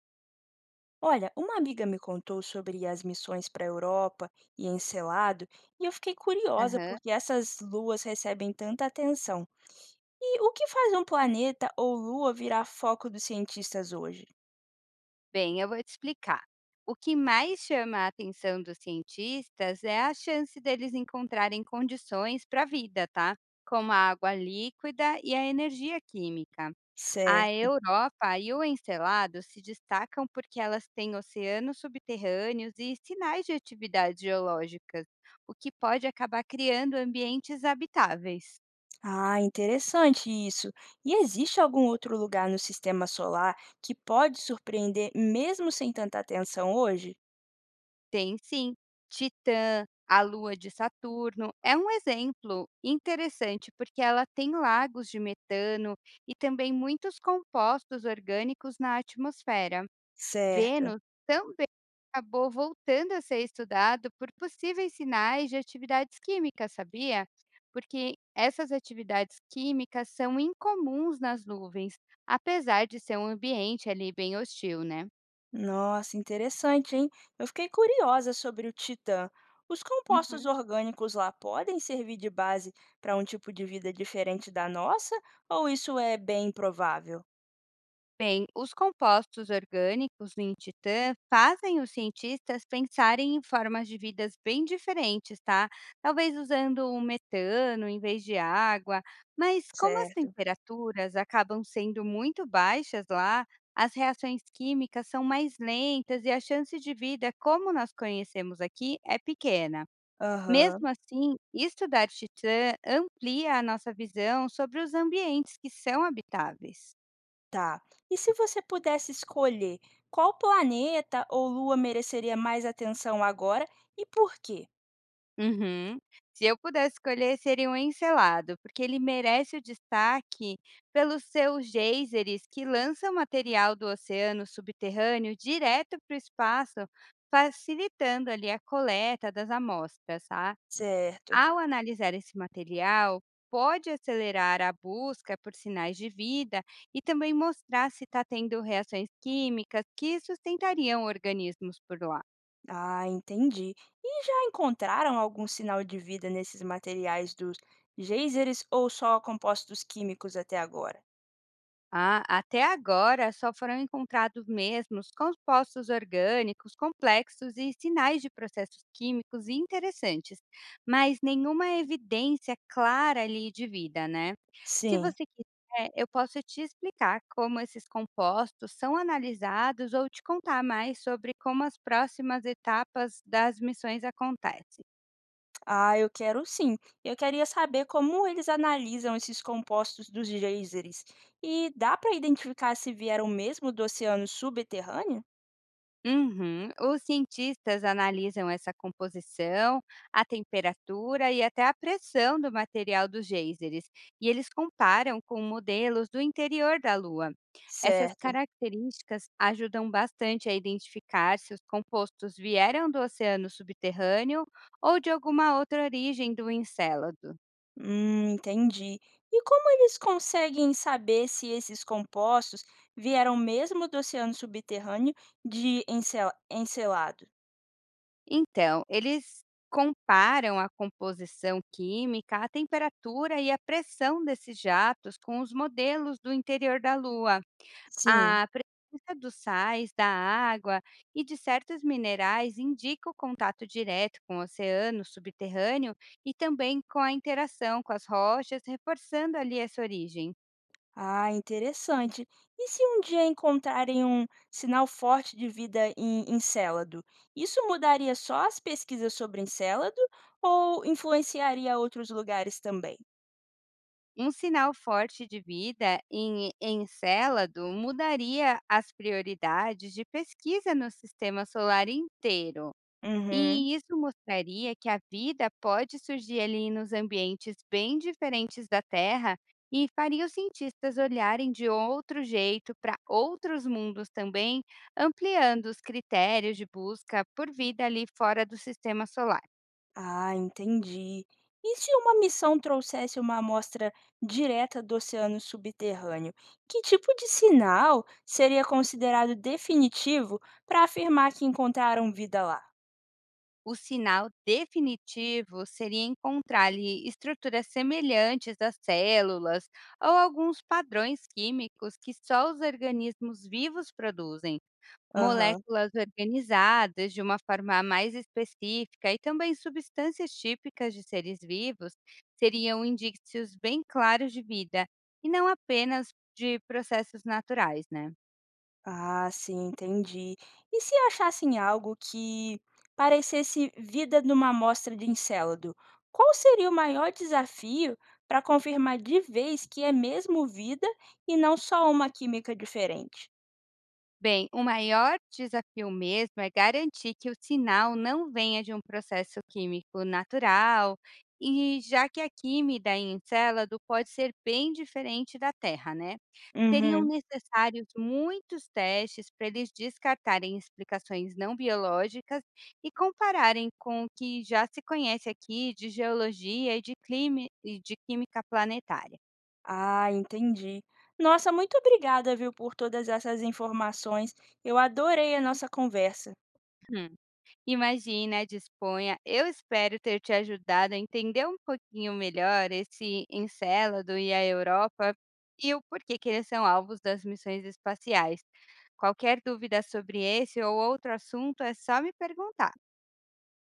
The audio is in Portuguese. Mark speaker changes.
Speaker 1: Olha, uma amiga me contou sobre as missões para a Europa e Encelado, e eu fiquei curiosa
Speaker 2: Aham.
Speaker 1: porque essas luas recebem tanta atenção. E o que faz um planeta ou lua virar foco dos cientistas hoje?
Speaker 2: Bem, eu vou te explicar. O que mais chama a atenção dos cientistas é a chance deles encontrarem condições para a vida, tá? Como a água líquida e a energia química. A
Speaker 1: Certo.
Speaker 2: Europa e o Encelado se destacam porque elas têm oceanos subterrâneos e sinais de atividades geológicas, o que pode acabar criando ambientes habitáveis.
Speaker 1: Ah, interessante isso. E existe algum outro lugar no sistema solar que pode surpreender mesmo sem tanta atenção hoje?
Speaker 2: Tem sim. Titã, a lua de Saturno, é um exemplo interessante porque ela tem lagos de metano e também muitos compostos orgânicos na atmosfera.
Speaker 1: Certo.
Speaker 2: Vênus também acabou voltando a ser estudado por possíveis sinais de atividades químicas, sabia? Porque essas atividades químicas são incomuns nas nuvens, apesar de ser um ambiente ali bem hostil, né?
Speaker 1: Nossa, interessante, hein? Eu fiquei curiosa sobre o Titã. Os compostos orgânicos lá podem servir de base para um tipo de vida diferente da nossa? Ou isso é bem improvável?
Speaker 2: Bem, os compostos orgânicos em Titã fazem os cientistas pensarem em formas de vidas bem diferentes, tá? Talvez usando o metano em vez de água, mas como as
Speaker 1: Certo.
Speaker 2: temperaturas acabam sendo muito baixas lá, as reações químicas são mais lentas e a chance de vida como nós conhecemos aqui é pequena. Mesmo
Speaker 1: Aham,
Speaker 2: assim, estudar Titã amplia a nossa visão sobre os ambientes que são habitáveis.
Speaker 1: tá. E se você pudesse escolher, qual planeta ou lua mereceria mais atenção agora e por quê?
Speaker 2: Uhum. Se eu pudesse escolher, seria um encelado, porque ele merece o destaque pelos seus geysers que lançam material do oceano subterrâneo direto para o espaço, facilitando ali a coleta das amostras, tá?
Speaker 1: Certo.
Speaker 2: Ao analisar esse material, pode acelerar a busca por sinais de vida e também mostrar se está tendo reações químicas que sustentariam organismos por lá.
Speaker 1: Ah, entendi. E já encontraram algum sinal de vida nesses materiais dos geysers ou só compostos químicos até agora?
Speaker 2: Ah, até agora, só foram encontrados mesmos compostos orgânicos complexos e sinais de processos químicos interessantes, mas nenhuma evidência clara ali de vida, né? Se
Speaker 1: Sim.
Speaker 2: você quiser, eu posso te explicar como esses compostos são analisados ou te contar mais sobre como as próximas etapas das missões acontecem.
Speaker 1: Ah, eu quero sim. Eu queria saber como eles analisam esses compostos dos geysers. E dá para identificar se vieram mesmo do oceano subterrâneo?
Speaker 2: Uhum. Os cientistas analisam essa composição, a temperatura e até a pressão do material dos geysers, e eles comparam com modelos do interior da Lua. Essas
Speaker 1: Certo.
Speaker 2: características ajudam bastante a identificar se os compostos vieram do oceano subterrâneo ou de alguma outra origem do Encélado.
Speaker 1: Entendi. E como eles conseguem saber se esses compostos vieram mesmo do oceano subterrâneo de encelados?
Speaker 2: Então, eles comparam a composição química, a temperatura e a pressão desses jatos com os modelos do interior da Lua.
Speaker 1: Sim.
Speaker 2: A presença dos sais, da água e de certos minerais indica o contato direto com o oceano subterrâneo e também com a interação com as rochas, reforçando ali essa origem.
Speaker 1: Ah, interessante. E se um dia encontrarem um sinal forte de vida em Encélado, isso mudaria só as pesquisas sobre Encélado ou influenciaria outros lugares também?
Speaker 2: Um sinal forte de vida em Encélado mudaria as prioridades de pesquisa no sistema solar inteiro,
Speaker 1: Uhum.
Speaker 2: e isso mostraria que a vida pode surgir ali nos ambientes bem diferentes da Terra e faria os cientistas olharem de outro jeito para outros mundos também, ampliando os critérios de busca por vida ali fora do sistema solar.
Speaker 1: Ah, entendi. E se uma missão trouxesse uma amostra direta do oceano subterrâneo, que tipo de sinal seria considerado definitivo para afirmar que encontraram vida lá?
Speaker 2: O sinal definitivo seria encontrar-lhe estruturas semelhantes às células ou alguns padrões químicos que só os organismos vivos produzem,
Speaker 1: Aham.
Speaker 2: moléculas organizadas de uma forma mais específica e também substâncias típicas de seres vivos seriam indícios bem claros de vida e não apenas de processos naturais, né?
Speaker 1: Ah, sim, entendi. E se achassem algo que parecesse vida numa amostra de Encélado, qual seria o maior desafio para confirmar de vez que é mesmo vida e não só uma química diferente?
Speaker 2: Bem, o maior desafio mesmo é garantir que o sinal não venha de um processo químico natural, e já que a química em Encélado pode ser bem diferente da Terra, né? Seriam
Speaker 1: Uhum.
Speaker 2: necessários muitos testes para eles descartarem explicações não biológicas e compararem com o que já se conhece aqui de geologia e de, clima, e de química planetária.
Speaker 1: Ah, entendi. Nossa, muito obrigada, viu, por todas essas informações. Eu adorei a nossa conversa.
Speaker 2: Imagina, disponha. Eu espero ter te ajudado a entender um pouquinho melhor esse Encélado e a Europa e o porquê que eles são alvos das missões espaciais. Qualquer dúvida sobre esse ou outro assunto é só me perguntar.